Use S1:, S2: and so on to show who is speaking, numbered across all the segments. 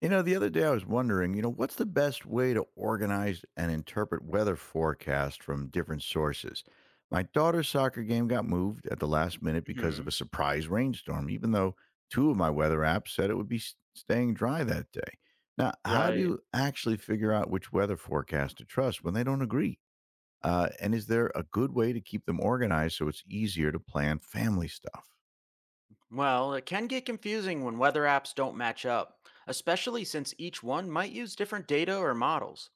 S1: The other day I was wondering, what's the best way to organize and interpret weather forecasts from different sources? My daughter's soccer game got moved at the last minute because of a
S2: Mhm.
S1: surprise rainstorm, even though two of my weather apps said it would be staying dry that day. Now, how do
S2: Right.
S1: you actually figure out which weather forecast to trust when they don't agree? And is there a good way to keep them organized so it's easier to plan family stuff?
S2: Well, it can get confusing when weather apps don't match up, especially since each one might use different data or models.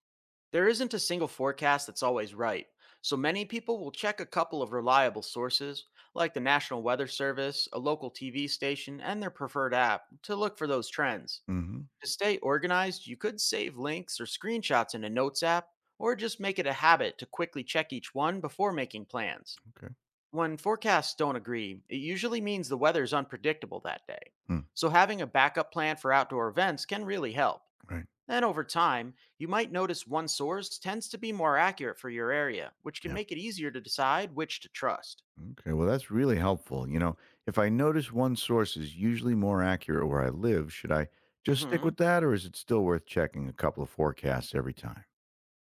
S2: There isn't a single forecast that's always right, so many people will check a couple of reliable sources, like the National Weather Service, a local TV station, and their preferred app, to look for those trends.
S1: Mhm.
S2: To stay organized, you could save links or screenshots in a Notes app, or just make it a habit to quickly check each one before making plans.
S1: Okay.
S2: When forecasts don't agree, it usually means the weather is unpredictable that day.
S1: Hmm.
S2: So, having a backup plan for outdoor events can really help.
S1: Right.
S2: And over time, you might notice one source tends to be more accurate for your area, which can
S1: Yeah.
S2: make it easier to decide which to trust.
S1: Okay. Well, that's really helpful. If I notice one source is usually more accurate where I live, should I just stick
S2: Hmm.
S1: with that or is it still worth checking a couple of forecasts every time?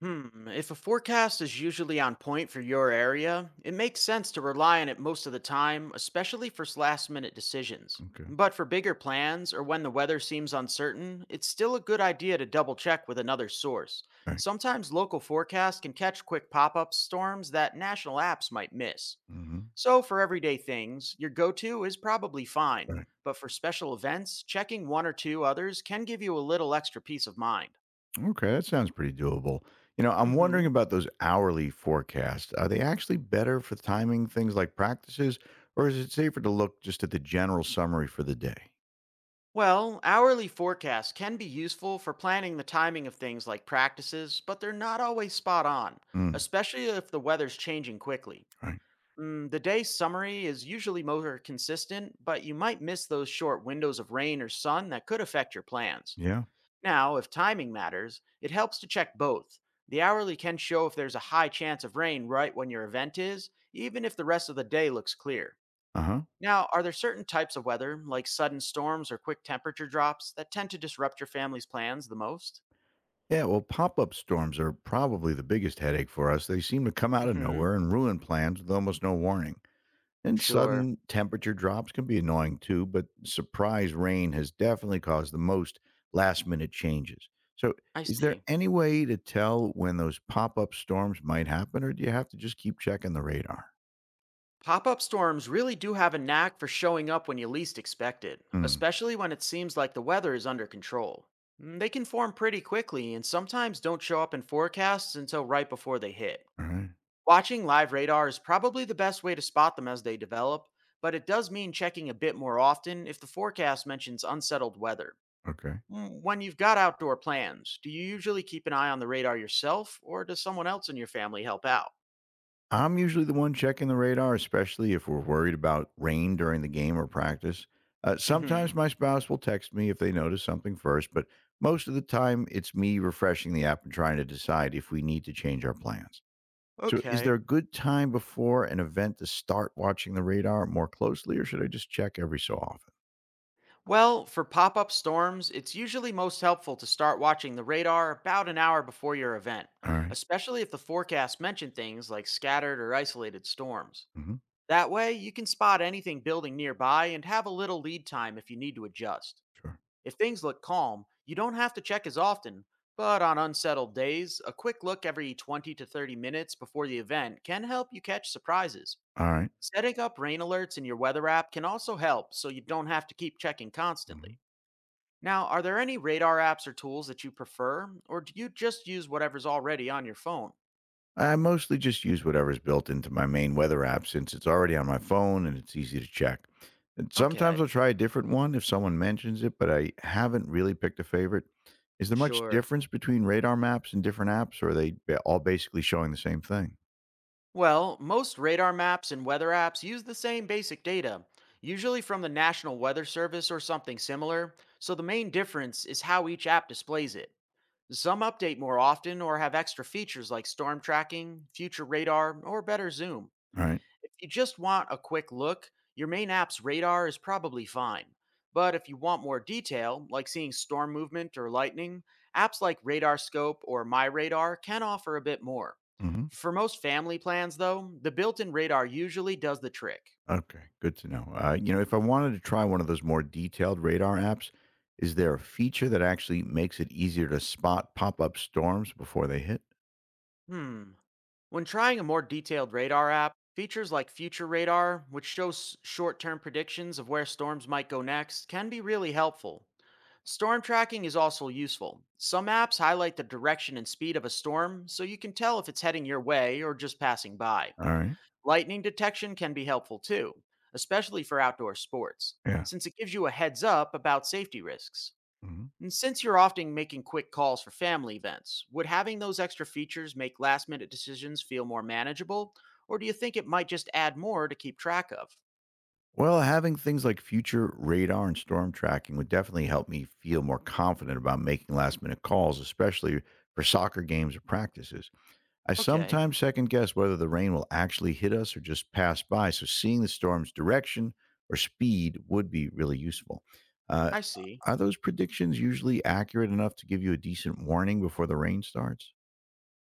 S2: If a forecast is usually on point for your area, it makes sense to rely on it most of the time, especially for last minute decisions.
S1: Okay.
S2: But for bigger plans or when the weather seems uncertain, it's still a good idea to double check with another source.
S1: Right.
S2: Sometimes local forecasts can catch quick pop up storms that national apps might miss.
S1: Mm-hmm.
S2: So for everyday things, your go to is probably fine.
S1: Right.
S2: But for special events, checking one or two others can give you a little extra peace of mind.
S1: Okay, that sounds pretty doable. I'm
S2: Mm hmm.
S1: wondering about those hourly forecasts. Are they actually better for timing things like practices, or is it safer to look just at the general summary for the day?
S2: Well, hourly forecasts can be useful for planning the timing of things like practices, but they're not always spot on,
S1: Mm,
S2: especially if the weather's changing quickly.
S1: right.
S2: The day summary is usually more consistent, but you might miss those short windows of rain or sun that could affect your plans.
S1: Yeah.
S2: Now, if timing matters, it helps to check both. The hourly can show if there's a high chance of rain right when your event is, even if the rest of the day looks clear.
S1: Uh huh.
S2: Now, are there certain types of weather, like sudden storms or quick temperature drops, that tend to disrupt your family's plans the most?
S1: Yeah. Well, pop up storms are probably the biggest headache for us. They seem to come out of
S2: Hmm.
S1: nowhere and ruin plans with almost no warning. And
S2: Sure.
S1: sudden temperature drops can be annoying too, but surprise rain has definitely caused the most last minute changes. So,
S2: I
S1: is there
S2: see.
S1: any way to tell when those pop up storms might happen, or do you have to just keep checking the radar?
S2: Pop up storms really do have a knack for showing up when you least expect it,
S1: Mm,
S2: especially when it seems like the weather is under control. They can form pretty quickly and sometimes don't show up in forecasts until right before they hit.
S1: all right.
S2: Watching live radar is probably the best way to spot them as they develop, but it does mean checking a bit more often if the forecast mentions unsettled weather.
S1: Okay.
S2: When you've got outdoor plans, do you usually keep an eye on the radar yourself or does someone else in your family help out?
S1: I'm usually the one checking the radar, especially if we're worried about rain during the game or practice. Uh,
S2: Hmm.
S1: sometimes my spouse will text me if they notice something first, but most of the time it's me refreshing the app and trying to decide if we need to change our plans. So, is there
S2: Okay.
S1: a good time before an event to start watching the radar more closely, or should I just check every so often?
S2: Well, for pop up storms, it's usually most helpful to start watching the radar about an hour before your event,
S1: All right.
S2: especially if the forecast mentioned things like scattered or isolated storms.
S1: Mm-hmm.
S2: That way, you can spot anything building nearby and have a little lead time if you need to adjust.
S1: Sure.
S2: If things look calm, you don't have to check as often, but on unsettled days, a quick look every 20 to 30 minutes before the event can help you catch surprises.
S1: All right.
S2: Setting up rain alerts in your weather app can also help so you don't have to keep checking
S1: Mhm.
S2: constantly. Now, are there any radar apps or tools that you prefer, or do you just use whatever's already on your phone?
S1: I mostly just use whatever's built into my main weather app since it's already on my phone and it's easy to check. And sometimes
S2: Okay,
S1: I'll try a different one if someone mentions it, but I haven't really picked a favorite. Is there much
S2: sure.
S1: difference between radar maps and different apps, or are they all basically showing the same thing?
S2: Well, most radar maps and weather apps use the same basic data, usually from the National Weather Service or something similar, so the main difference is how each app displays it. Some update more often or have extra features like storm tracking, future radar, or better zoom.
S1: All right.
S2: If you just want a quick look, your main app's radar is probably fine. But if you want more detail, like seeing storm movement or lightning, apps like Radar Scope or My Radar can offer a bit more.
S1: Mhm.
S2: For most family plans, though, the built in radar usually does the trick.
S1: Okay, good to know. If I wanted to try one of those more detailed radar apps, is there a feature that actually makes it easier to spot pop up storms before they hit?
S2: Hmm. When trying a more detailed radar app, features like Future Radar, which shows short term predictions of where storms might go next, can be really helpful. Storm tracking is also useful. Some apps highlight the direction and speed of a storm so you can tell if it's heading your way or just passing by.
S1: All right.
S2: Lightning detection can be helpful too, especially for outdoor sports,
S1: Yeah.
S2: since it gives you a heads up about safety risks.
S1: Hmm.
S2: And since you're often making quick calls for family events, would having those extra features make last minute decisions feel more manageable, or do you think it might just add more to keep track of?
S1: Well, having things like future radar and storm tracking would definitely help me feel more confident about making last minute calls, especially for soccer games or practices. I
S2: Okay,
S1: sometimes second guess whether the rain will actually hit us or just pass by. So seeing the storm's direction or speed would be really useful. Uh,
S2: I see.
S1: are those predictions usually accurate enough to give you a decent warning before the rain starts?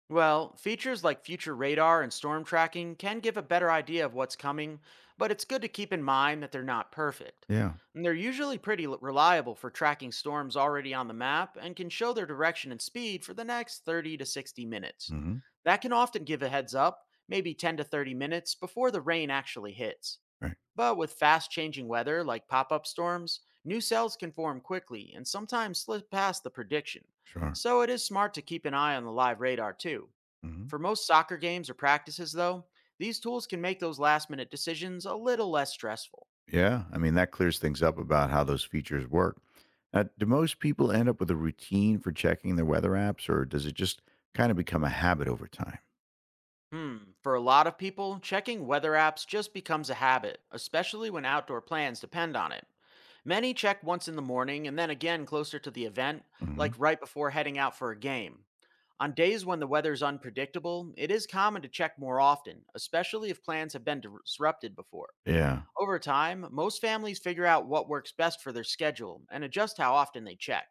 S2: Well, features like future radar and storm tracking can give a better idea of what's coming, but it's good to keep in mind that they're not perfect.
S1: Yeah.
S2: And they're usually pretty reliable for tracking storms already on the map and can show their direction and speed for the next 30 to 60 minutes.
S1: Hmm.
S2: That can often give a heads up, maybe 10 to 30 minutes before the rain actually hits.
S1: Right.
S2: But with fast changing weather like pop up storms, new cells can form quickly and sometimes slip past the prediction.
S1: Sure.
S2: So it is smart to keep an eye on the live radar too.
S1: Hmm.
S2: For most soccer games or practices, though, these tools can make those last minute decisions a little less stressful.
S1: Yeah. I mean, that clears things up about how those features work. Now, do most people end up with a routine for checking their weather apps, or does it just kind of become a habit over time?
S2: Hmm, for a lot of people, checking weather apps just becomes a habit, especially when outdoor plans depend on it. Many check once in the morning and then again closer to the event,
S1: Hmm.
S2: like right before heading out for a game. On days when the weather's unpredictable, it is common to check more often, especially if plans have been disrupted before.
S1: Yeah.
S2: Over time, most families figure out what works best for their schedule and adjust how often they check.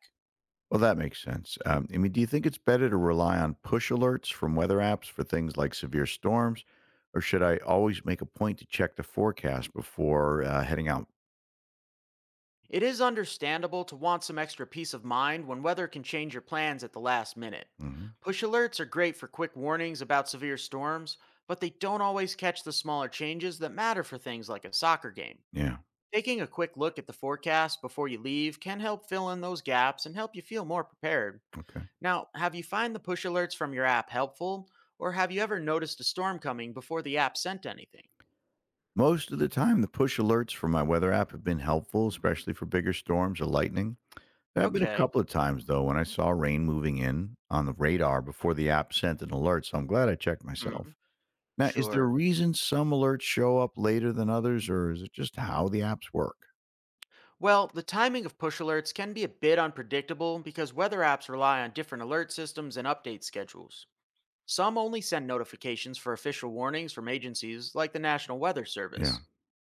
S1: Well, that makes sense. I mean, do you think it's better to rely on push alerts from weather apps for things like severe storms, or should I always make a point to check the forecast before heading out?
S2: It is understandable to want some extra peace of mind when weather can change your plans at the last minute.
S1: Hmm.
S2: Push alerts are great for quick warnings about severe storms, but they don't always catch the smaller changes that matter for things like a soccer game.
S1: Yeah.
S2: Taking a quick look at the forecast before you leave can help fill in those gaps and help you feel more prepared.
S1: Okay.
S2: Now, have you find the push alerts from your app helpful, or have you ever noticed a storm coming before the app sent anything?
S1: Most of the time, the push alerts from my weather app have been helpful, especially for bigger storms or lightning. There have been a
S2: Okay.
S1: couple of times, though, when I saw rain moving in on the radar before the app sent an alert, so I'm glad I checked
S2: Hmm.
S1: myself. Now, is there a
S2: Sure.
S1: reason some alerts show up later than others, or is it just how the apps work?
S2: Well, the timing of push alerts can be a bit unpredictable because weather apps rely on different alert systems and update schedules. Some only send notifications for official warnings from agencies like the National Weather
S1: Yeah.
S2: Service.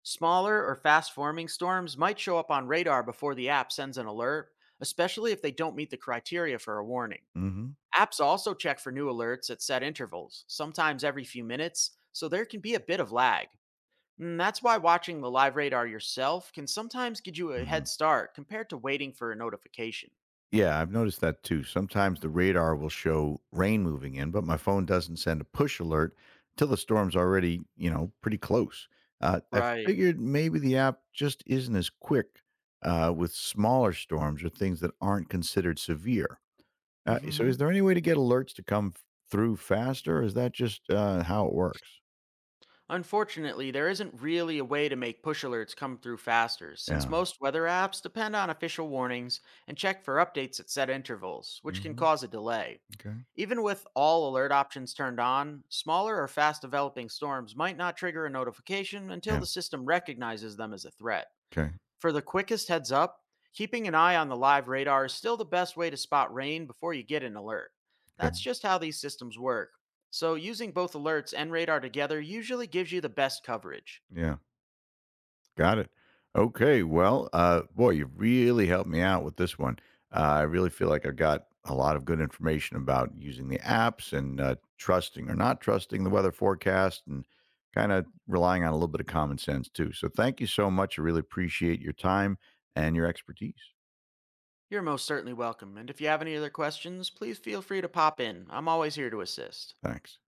S2: Smaller or fast forming storms might show up on radar before the app sends an alert, especially if they don't meet the criteria for a warning.
S1: Mhm,
S2: Apps also check for new alerts at set intervals, sometimes every few minutes, so there can be a bit of lag. And that's why watching the live radar yourself can sometimes give you a
S1: mhm.
S2: head start compared to waiting for a notification.
S1: Yeah, I've noticed that too. Sometimes the radar will show rain moving in, but my phone doesn't send a push alert till the storm's already, pretty close. I
S2: Right.
S1: figured maybe the app just isn't as quick with smaller storms or things that aren't considered severe. So,
S2: Hmm.
S1: is there any way to get alerts to come through faster? Or is that just how it works?
S2: Unfortunately, there isn't really a way to make push alerts come through faster, since
S1: Yeah.
S2: most weather apps depend on official warnings and check for updates at set intervals, which can
S1: Hmm.
S2: cause a delay.
S1: Okay.
S2: Even with all alert options turned on, smaller or fast developing storms might not trigger a notification until
S1: Yeah.
S2: the system recognizes them as a threat.
S1: Okay.
S2: For the quickest heads up, keeping an eye on the live radar is still the best way to spot rain before you get an alert.
S1: Okay.
S2: That's just how these systems work. So, using both alerts and radar together usually gives you the best coverage.
S1: Yeah. Got it. Okay. Well, boy, you really helped me out with this one. I really feel like I've got a lot of good information about using the apps and trusting or not trusting the weather forecast and kind of relying on a little bit of common sense too. So, thank you so much. I really appreciate your time and your expertise.
S2: You're most certainly welcome, and if you have any other questions, please feel free to pop in. I'm always here to assist.
S1: Thanks.